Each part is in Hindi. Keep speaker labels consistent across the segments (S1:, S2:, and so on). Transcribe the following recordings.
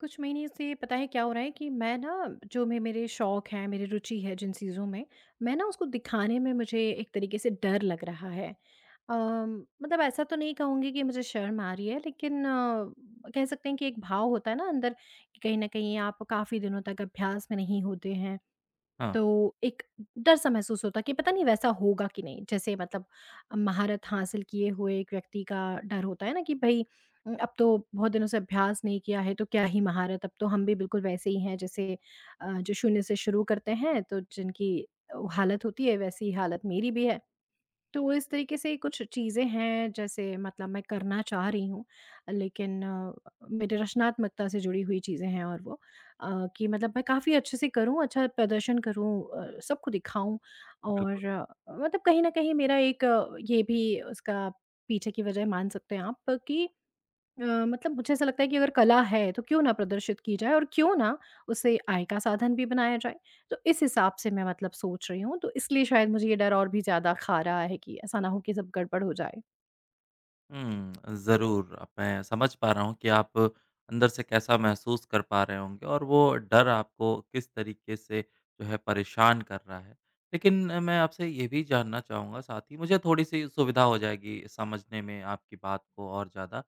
S1: कुछ महीने से पता है क्या हो रहा है कि मैं ना जो मैं मेरे शौक हैं, मेरी रुचि है जिन चीज़ों में, मैं ना उसको दिखाने में मुझे एक तरीके से डर लग रहा है। मतलब ऐसा तो नहीं कहूँगी कि मुझे शर्म आ रही है, लेकिन कह सकते हैं कि एक भाव होता है ना अंदर कि कहीं ना कहीं आप काफ़ी दिनों तक अभ्यास में नहीं होते हैं।
S2: हाँ,
S1: तो एक डर सा महसूस होता कि पता नहीं वैसा होगा कि नहीं, जैसे मतलब महारत हासिल किए हुए एक व्यक्ति का डर होता है ना कि भाई, अब तो बहुत दिनों से अभ्यास नहीं किया है तो क्या ही महारत, अब तो हम भी बिल्कुल वैसे ही हैं जैसे जो शून्य से शुरू करते हैं, तो जिनकी हालत होती है वैसी ही हालत मेरी भी है। तो इस तरीके से कुछ चीज़ें हैं जैसे मतलब मैं करना चाह रही हूँ, लेकिन मेरे रचनात्मकता से जुड़ी हुई चीज़ें हैं, और वो कि मतलब मैं काफ़ी अच्छे से करूँ, अच्छा प्रदर्शन करूँ, सबको दिखाऊँ। और
S2: बिल्कुल।
S1: मतलब कहीं न कहीं मेरा एक ये भी उसका पीछे की वजह मान सकते हैं आप कि मतलब मुझे ऐसा लगता है कि अगर कला है तो क्यों ना प्रदर्शित की जाए, और क्यों ना उसे आय का साधन भी बनाया जाए। तो इस हिसाब से मैं मतलब सोच रही हूँ, तो इसलिए शायद मुझे ये डर और भी ज़्यादा खा रहा है कि ऐसा ना हो कि सब गड़बड़ हो जाए।
S2: हुँ, ज़रूर मैं समझ पा रहा हूँ कि आप अंदर से कैसा महसूस कर पा रहे होंगे और वो डर आपको किस तरीके से जो है परेशान कर रहा है। लेकिन मैं आपसे ये भी जानना चाहूँगा साथ ही मुझे थोड़ी-सी सुविधा हो जाएगी समझने में आपकी बात को और ज़्यादा।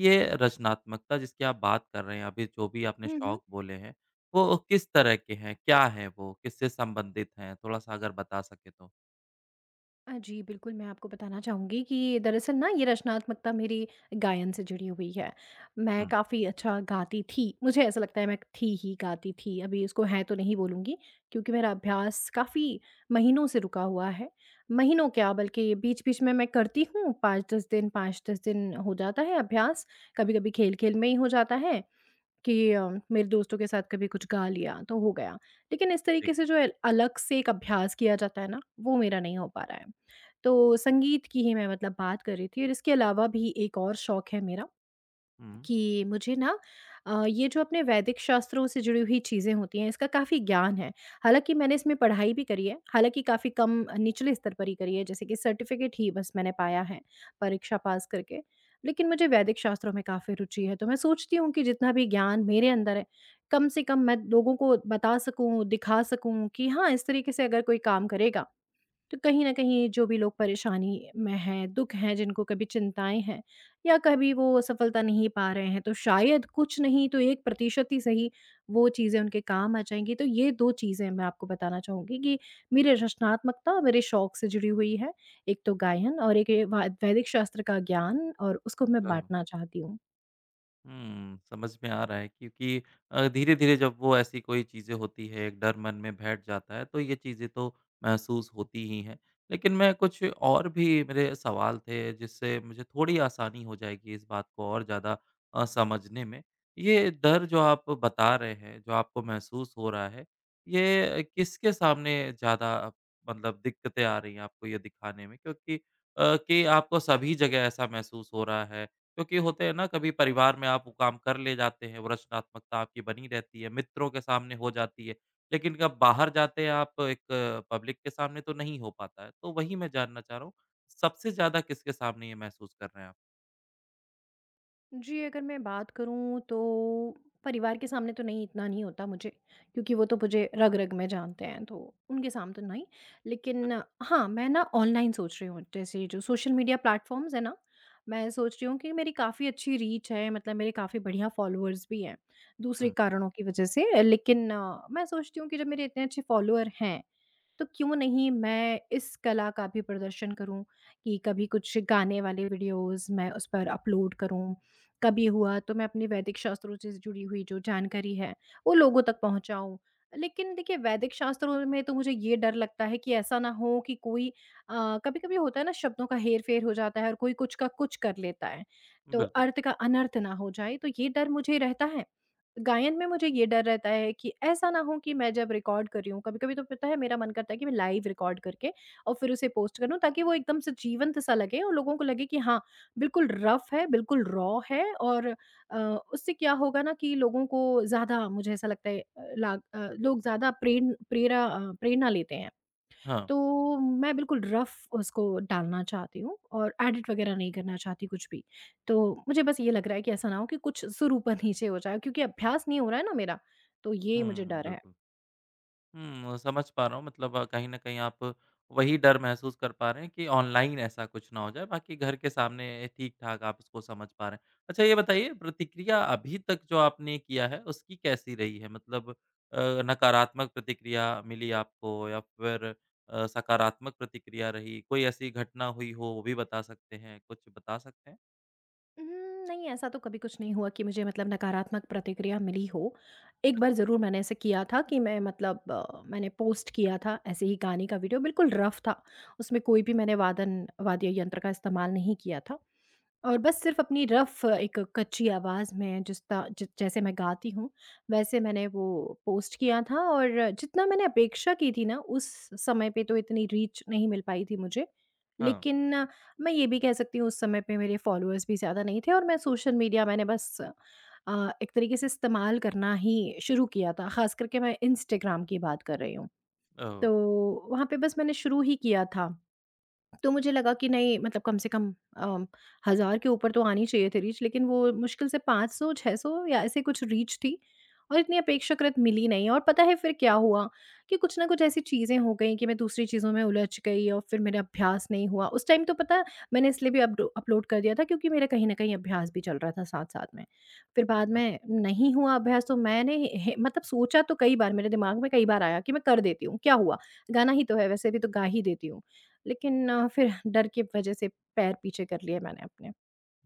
S2: ये रचनात्मकता जिसकी आप बात कर रहे हैं, अभी जो भी आपने शौक बोले हैं, वो किस तरह के हैं? क्या हैं वो? किससे संबंधित हैं? थोड़ा-सा अगर बता सकें तो?
S1: जी, बिल्कुल, मैं आपको बताना चाहूँगी कि दरअसल ना ये रचनात्मकता मेरी गायन से जुड़ी हुई है। मैं
S2: हुँ,
S1: काफ़ी अच्छा गाती थी, मुझे ऐसा लगता है, मैं थी ही, गाती थी, अभी इसको हैं तो नहीं बोलूँगी क्योंकि मेरा अभ्यास काफ़ी महीनों से रुका हुआ है। महीनों क्या, बल्कि बीच-बीच में मैं करती हूँ, 5-10 दिन 5-10 दिन हो जाता है अभ्यास, कभी-कभी खेल-खेल में ही हो जाता है कि मेरे दोस्तों के साथ कभी कुछ गा लिया तो हो गया। लेकिन इस तरीके
S2: ठीक।
S1: से जो है, अलग से एक अभ्यास किया जाता है ना, वो मेरा नहीं हो पा रहा है। तो संगीत की ही मैं मतलब बात कर रही थी, और इसके अलावा भी एक और शौक है मेरा
S2: हुँ।
S1: कि मुझे ना ये जो अपने वैदिक शास्त्रों से जुड़ी हुई चीज़ें होती हैं, इसका काफ़ी ज्ञान है। हालाँकि मैंने इसमें पढ़ाई भी करी है, हालाँकि काफ़ी कम निचले स्तर पर ही करी है, जैसे कि सर्टिफ़िकेट ही बस मैंने पाया है, परीक्षा पास करके। लेकिन मुझे वैदिक शास्त्रों में काफ़ी रुचि है, तो मैं सोचती हूँ कि जितना भी ज्ञान मेरे अंदर है, कम से कम मैं लोगों को बता सकूँ, दिखा सकूँ कि हाँ, इस तरीके से अगर कोई काम करेगा, तो कहीं न कहीं जो भी लोग परेशानी में हैं, दुःख हैं, जिनको कभी चिंताएँ हैं, या कभी वो सफलता नहीं पा रहे हैं, तो शायद कुछ नहीं तो 1% ही सही, वो चीज़ें उनके काम आ जाएँगी। तो ये 2 चीज़ें मैं आपको बताना चाहूँगी कि मेरी रचनात्मकता और मेरे शौक से जुड़ी हुई है। एक तो गायन, और एक ये वाद वैदिक शास्त्र का ज्ञान, और उसको मैं बाँटना चाहती हूँ।
S2: हुँ, समझ में आ रहा है क्योंकि धीरे-धीरे जब वो ऐसी कोई चीज़ें होती है, एक डर मन में बैठ जाता है, तो ये चीज़ें तो महसूस होती ही हैं। लेकिन मैं कुछ और भी मेरे सवाल थे, जिससे मुझे थोड़ी आसानी हो जाएगी इस बात को और ज़्यादा समझने में। ये डर जो आप बता रहे हैं, जो आपको महसूस हो रहा है, ये किसके सामने ज़्यादा मतलब दिक्कतें आ रही हैं आपको ये दिखाने में? क्योंकि कि आपको सभी जगह ऐसा महसूस हो रहा है क्योंकि होते हैं ना कभी परिवार में आप वो काम कर ले जाते हैं, वो रचनात्मकता आपकी बनी रहती है, मित्रों के सामने हो जाती है, लेकिन कब बाहर जाते हैं आप एक पब्लिक के सामने तो नहीं हो पाता है। तो वही मैं जानना चाह रहा हूँ, सबसे ज़्यादा किसके सामने ये महसूस कर रहे हैं आप?
S1: जी, अगर मैं बात करूँ, तो परिवार के सामने तो नहीं, इतना नहीं होता मुझे क्योंकि वो तो मुझे रग-रग में जानते हैं, तो उनके सामने तो नहीं। लेकिन
S2: अच्छा।
S1: हाँ, मैं ना ऑनलाइन सोच रही हूँ, जैसे जो सोशल मीडिया प्लेटफ़ॉर्म्स है ना, मैं सोच रही हूँ कि मेरी काफ़ी अच्छी रीच है, मतलब मेरे काफ़ी बढ़िया फ़ॉलोअर्स भी हैं, दूसरे
S2: हुँ,
S1: कारणों की वज़ह से। लेकिन मैं सोचती हूँ कि जब मेरे इतने अच्छे फ़ॉलोअर हैं, तो क्यों नहीं मैं इस कला का भी प्रदर्शन करूँ, कि कभी कुछ गाने वाले वीडियोज़ मैं उस पर अपलोड करूँ, कभी हुआ तो मैं अपने वैदिक शास्त्रों से जुड़ी हुई जो जानकारी है, वो लोगों तक पहुँचाऊँ। लेकिन देखिए, वैदिक शास्त्रों में तो मुझे ये डर लगता है कि ऐसा ना हो कि कोई कभी-कभी होता है ना, शब्दों का हेर-फेर हो जाता है और कोई कुछ का कुछ कर लेता है, तो
S2: बिल्कुल।
S1: अर्थ का अनर्थ ना हो जाए, तो ये डर मुझे रहता है। गायन में मुझे ये डर रहता है कि ऐसा ना हो कि मैं जब रिकॉर्ड कर रही हूँ, कभी-कभी तो पता है मेरा मन करता है कि मैं लाइव रिकॉर्ड करके और फिर उसे पोस्ट करूँ, ताकि वो एकदम से जीवंत सा लगे और लोगों को लगे कि हाँ, बिल्कुल रफ़ है, बिल्कुल रॉ है, और अ, उससे क्या होगा ना, कि लोगों को ज़्यादा, मुझे ऐसा लगता है, लोग ज़्यादा प्रेरणा लेते हैं।
S2: हाँ।
S1: तो मैं बिल्कुल रफ़ उसको डालना चाहती हूँ और एडिट वग़ैरह नहीं करना चाहती कुछ भी। तो मुझे बस ये लग रहा है कि ऐसा ना हो कि कुछ सुर ऊपर नीचे हो जाए, क्योंकि अभ्यास नहीं हो रहा है ना मेरा, तो ये मुझे
S2: हुँ,
S1: डर है।
S2: बिल्कुल। हुँ, समझ पा रहा हूँ मतलब कहीं न कहीं आप वही डर महसूस कर पा रहे हैं कि ऑनलाइन ऐसा कुछ ना हो जाए, बाकी घर के सामने ठीक-ठाक आप उसको समझ पा रहे हैं। अच्छा ये बताइए प्रतिक्रिया अभी तक जो आपने किया है उसकी कैसी रही है? मतलब नकारात्मक प्रतिक्रिया मिली आपको या फिर सकारात्मक प्रतिक्रिया रही? कोई ऐसी घटना हुई हो वो भी बता सकते हैं, कुछ बता सकते हैं?
S1: उम, नहीं, ऐसा तो कभी कुछ नहीं हुआ कि मुझे मतलब नकारात्मक प्रतिक्रिया मिली हो। एक
S2: सच
S1: बार
S2: में।
S1: ज़रूर मैंने ऐसे किया था, कि मैं मतलब मैंने पोस्ट किया था ऐसे ही गाने का वीडियो, बिल्कुल रफ़ था। उसमें कोई भी मैंने वादन वाद्य यंत्र का इस्तेमाल नहीं किया था। और बस सिर्फ़ अपनी रफ़ एक कच्ची आवाज़ में जिस ता ज जैसे मैं गाती हूँ, वैसे मैंने वो पोस्ट किया था, और जितना मैंने अपेक्षा की थी ना, उस समय पे तो इतनी रीच नहीं मिल पाई थी मुझे।
S2: हाँ,
S1: लेकिन मैं ये भी कह सकती हूँ, उस समय पे मेरे फ़ॉलोअर्स भी ज़्यादा नहीं थे, और मैं सोशल मीडिया मैंने बस एक तरीके से इस्तेमाल करना ही शुरू किया था, ख़ास करके मैं इंस्टाग्राम की बात कर रही हूँ।
S2: ओह!
S1: तो वहाँ पे बस मैंने शुरू ही किया था। तो मुझे लगा कि नहीं, मतलब कम से कम 1000 के ऊपर तो आनी चाहिए थी रीच, लेकिन वो मुश्किल से 500 600 या ऐसे कुछ रीच थी, और इतनी अपेक्षाकृत मिली नहीं। और पता है फिर क्या हुआ, कि कुछ ना कुछ ऐसी चीज़ें हो गई कि मैं दूसरी चीज़ों में उलझ गई और फिर मेरा अभ्यास नहीं हुआ उस टाइम, तो पता है, मैंने इसलिए भी अपलोड कर दिया था क्योंकि मेरा कहीं ना कहीं अभ्यास भी चल रहा था साथ साथ में। फिर बाद में नहीं हुआ अभ्यास, तो मैंने मतलब सोचा तो, कई बार मेरे दिमाग में कई बार आया कि मैं कर देती हूँ, क्या हुआ, गाना ही तो है, वैसे भी तो गा ही देती हूँ। लेकिन फिर डर की वजह से पैर पीछे कर लिए मैंने अपने।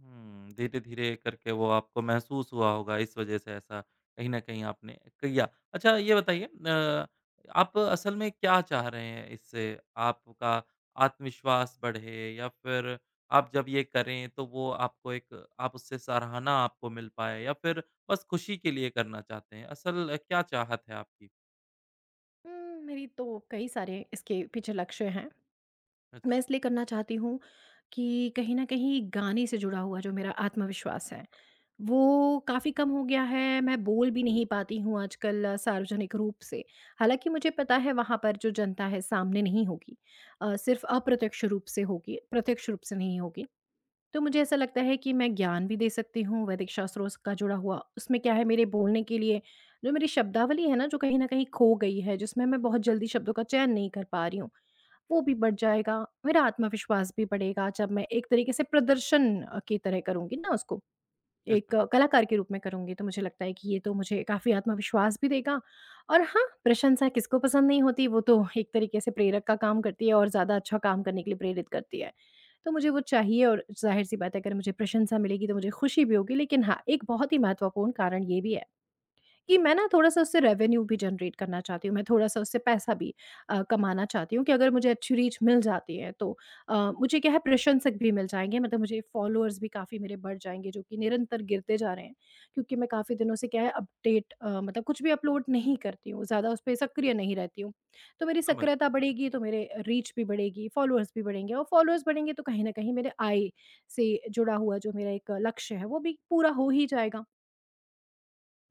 S2: हुँ, धीरे-धीरे करके वो आपको महसूस हुआ होगा इस वज़ह से ऐसा कहीं न कहीं आपने किया। अच्छा ये बताइए, आप असल में क्या चाह रहे हैं इससे? आपका आत्मविश्वास बढ़े या फिर आप जब ये करें तो वो आपको एक आप उससे सराहना आपको मिल पाए या फिर बस खुशी के लिए करना चाहते हैं? असल क्या चाहत है आपकी?
S1: उम, मेरी तो कई सारे इसके पीछे लक्ष्य हैं।
S2: अच्छा,
S1: मैं इसलिए करना चाहती हूँ कि कहीं न कहीं गाने से जुड़ा हुआ जो मेरा आत्मविश्वास है, वो काफ़ी कम हो गया है। मैं बोल भी नहीं पाती हूँ आजकल सार्वजनिक रूप से। हालाँकि मुझे पता है वहाँ पर जो जनता है सामने नहीं होगी। सिर्फ़ अप्रत्यक्ष रूप से होगी, प्रत्यक्ष रूप से नहीं होगी। तो मुझे ऐसा लगता है कि मैं ज्ञान भी दे सकती हूँ, वैदिक शास्त्रों का जुड़ा हुआ उसमें क्या है, मेरे बोलने के लिए जो मेरी शब्दावली है ना, जो कहीं ना कहीं खो गई है, जिसमें मैं बहुत जल्दी शब्दों का चयन नहीं कर पा रही हूँ, वो भी बढ़ जाएगा, मेरा आत्मविश्वास भी बढ़ेगा। जब मैं एक तरीके से प्रदर्शन की तरह करूंगी ना, उसको एक
S2: अच्छा,
S1: कलाकार के रूप में करूँगी, तो मुझे लगता है कि ये तो मुझे काफ़ी आत्मविश्वास भी देगा। और हाँ, प्रशंसा किसको पसंद नहीं होती, वो तो एक तरीके से प्रेरक का काम करती है और ज़्यादा अच्छा काम करने के लिए प्रेरित करती है। तो मुझे वो चाहिए, और ज़ाहिर-सी बात है, अगर मुझे प्रशंसा मिलेगी तो मुझे खुशी भी होगी, लेकिन हाँ, एक बहुत ही महत्वपूर्ण कारण ये भी है कि मैं ना थोड़ा-सा उससे रेवेन्यू भी जनरेट करना चाहती हूँ, मैं थोड़ा-सा उससे पैसा भी कमाना चाहती हूँ, कि अगर मुझे अच्छी रीच मिल जाती है तो मुझे क्या है, प्रशंसक भी मिल जाएँगे, मतलब मुझे फॉलोअर्स भी काफ़ी मेरे बढ़ जाएँगे, जो कि निरंतर गिरते जा रहे हैं। क्योंकि मैं काफ़ी दिनों से क्या है, अपडेट मतलब कुछ भी अपलोड नहीं करती हूँ, ज़्यादा उस पे सक्रिय नहीं रहती हूँ। तो मेरी
S2: समझ
S1: सक्रियता बढ़ेगी तो मेरे रीच भी बढ़ेगी, फॉलोअर्स भी बढ़ेंगे, और फॉलोअर्स बढ़ेंगे तो कहीं न कहीं मेरे आय से जुड़ा हुआ जो मेरा एक लक्ष्य है, वो भी पूरा हो ही जाएगा।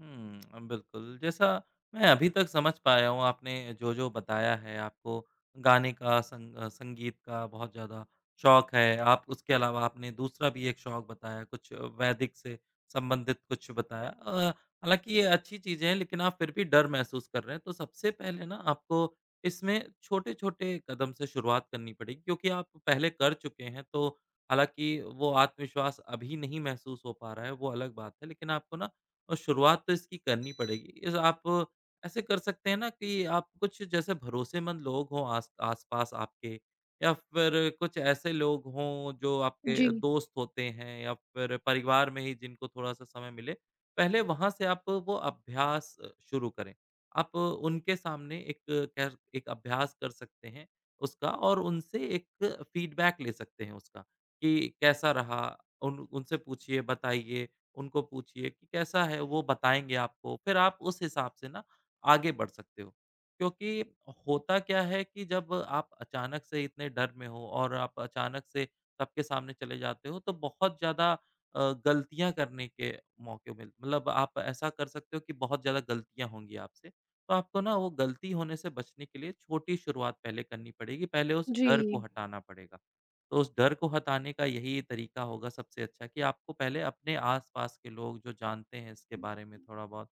S2: हुँ, बिल्कुल। जैसा मैं अभी तक समझ पाया हूँ आपने जो-जो बताया है, आपको गाने का, संगीत का बहुत ज़्यादा शौक है। आप उसके अलावा आपने दूसरा भी एक शौक बताया, कुछ वैदिक से संबंधित कुछ बताया। हालाँकि ये अच्छी चीज़ें हैं, लेकिन आप फिर भी डर महसूस कर रहे हैं। तो सबसे पहले ना आपको इसमें छोटे-छोटे कदम से शुरुआत करनी पड़ेगी क्योंकि आप पहले कर चुके हैं, तो हालाँकि वो आत्मविश्वास अभी नहीं महसूस हो पा रहा है, वो अलग बात है। लेकिन आपको ना और शुरुआत तो इसकी करनी पड़ेगी। इस आप ऐसे कर सकते हैं ना कि आप कुछ जैसे भरोसेमंद लोग हों आस आस-पास आपके या फिर कुछ ऐसे लोग हों जो
S1: जी,
S2: आपके दोस्त होते हैं या फिर परिवार में ही जिनको थोड़ा-सा समय मिले, पहले वहाँ से आप वो अभ्यास शुरू करें। आप उनके सामने एक कह एक अभ्यास कर सकते हैं उसका और उनसे एक फीडबैक ले सकते हैं उसका कि कैसा रहा? उन उनसे पूछिए, बताइए उनको पूछिए कि कैसा है, वो बताएँगे आपको। फिर आप उस हिसाब से ना आगे बढ़ सकते हो। क्योंकि होता क्या है कि जब आप अचानक से इतने डर में हो और आप अचानक से सबके सामने चले जाते हो, तो बहुत ज़्यादा गलतियाँ करने के मौके मिल मतलब आप ऐसा कर सकते हो कि बहुत ज़्यादा गलतियाँ होंगी आपसे। तो आपको ना वो गलती होने से बचने के लिए छोटी शुरुआत पहले करनी पड़ेगी, पहले उस
S1: जी।
S2: डर को हटाना पड़ेगा। तो उस डर को हटाने का यही तरीका होगा सबसे अच्छा कि आपको पहले अपने आस-पास के लोग जो जानते हैं इसके बारे में थोड़ा-बहुत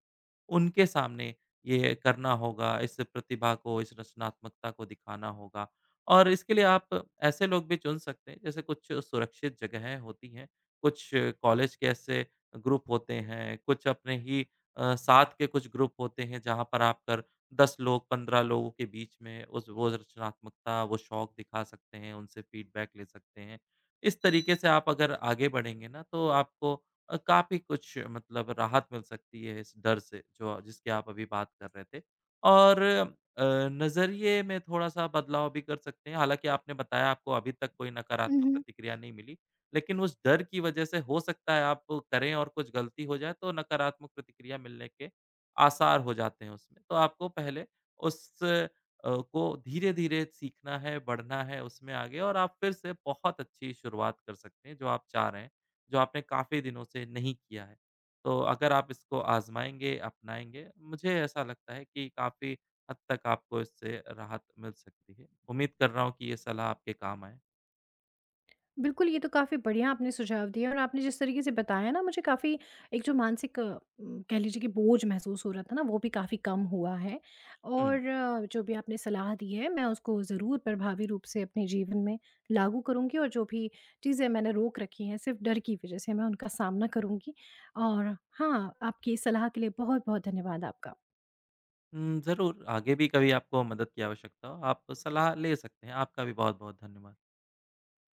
S2: उनके सामने ये करना होगा, इस प्रतिभा को, इस रचनात्मकता को दिखाना होगा। और इसके लिए आप ऐसे लोग भी चुन सकते हैं, जैसे कुछ सुरक्षित जगहें होती हैं, कुछ कॉलेज के ऐसे ग्रुप होते हैं, कुछ अपने ही साथ के कुछ ग्रुप होते हैं, जहाँ पर आप कर 10 लोग, 15 लोगों के बीच में उस वो रचनात्मकता, वो शौक दिखा सकते हैं, उनसे फीडबैक ले सकते हैं। इस तरीके से आप अगर आगे बढ़ेंगे ना, तो आपको काफ़ी कुछ मतलब राहत मिल सकती है इस डर से, जो जिसकी आप अभी बात कर रहे थे। और अ, नज़रिए में थोड़ा-सा बदलाव भी कर सकते हैं। हालाँकि आपने बताया आपको अभी तक कोई नकारात्मक
S1: उहुँ।
S2: प्रतिक्रिया नहीं मिली, लेकिन उस डर की वज़ह से हो सकता है आप करें और कुछ गलती हो जाए, तो नकारात्मक प्रतिक्रिया मिलने के आसार हो जाते हैं उसमें। तो आपको पहले उस को धीरे-धीरे सीखना है, बढ़ना है उसमें आगे और आप फिर से बहुत अच्छी शुरुआत कर सकते हैं, जो आप चाह रहे हैं। जो आपने काफ़ी दिनों से नहीं किया है। तो अगर आप इसको आज़माएँगे, अपनाएँगे, मुझे ऐसा लगता है कि काफ़ी हद तक आपको इससे राहत मिल सकती है। उम्मीद कर रहा हूँ कि ये सलाह आपके काम आए।
S1: बिल्कुल, ये तो काफ़ी बढ़िया आपने सुझाव दिए, और आपने जिस तरीके से बताया ना, मुझे काफ़ी एक जो मानसिक कह लीजिए कि बोझ महसूस हो रहा था ना, वो भी काफ़ी कम हुआ है।
S2: हुँ।
S1: और जो भी आपने सलाह दी है, मैं उसको ज़रूर प्रभावी रूप से अपने जीवन में लागू करूँगी, और जो भी चीज़ें मैंने रोक रखी हैं सिर्फ़ डर की वज़ह से, मैं उनका सामना करूँगी। और हाँ, आपकी इस सलाह के लिए बहुत-बहुत धन्यवाद आपका।
S2: ज़रूर आगे भी कभी आपको मदद की आवश्यकता हो, आप सलाह ले सकते हैं। आपका भी बहुत-बहुत धन्यवाद।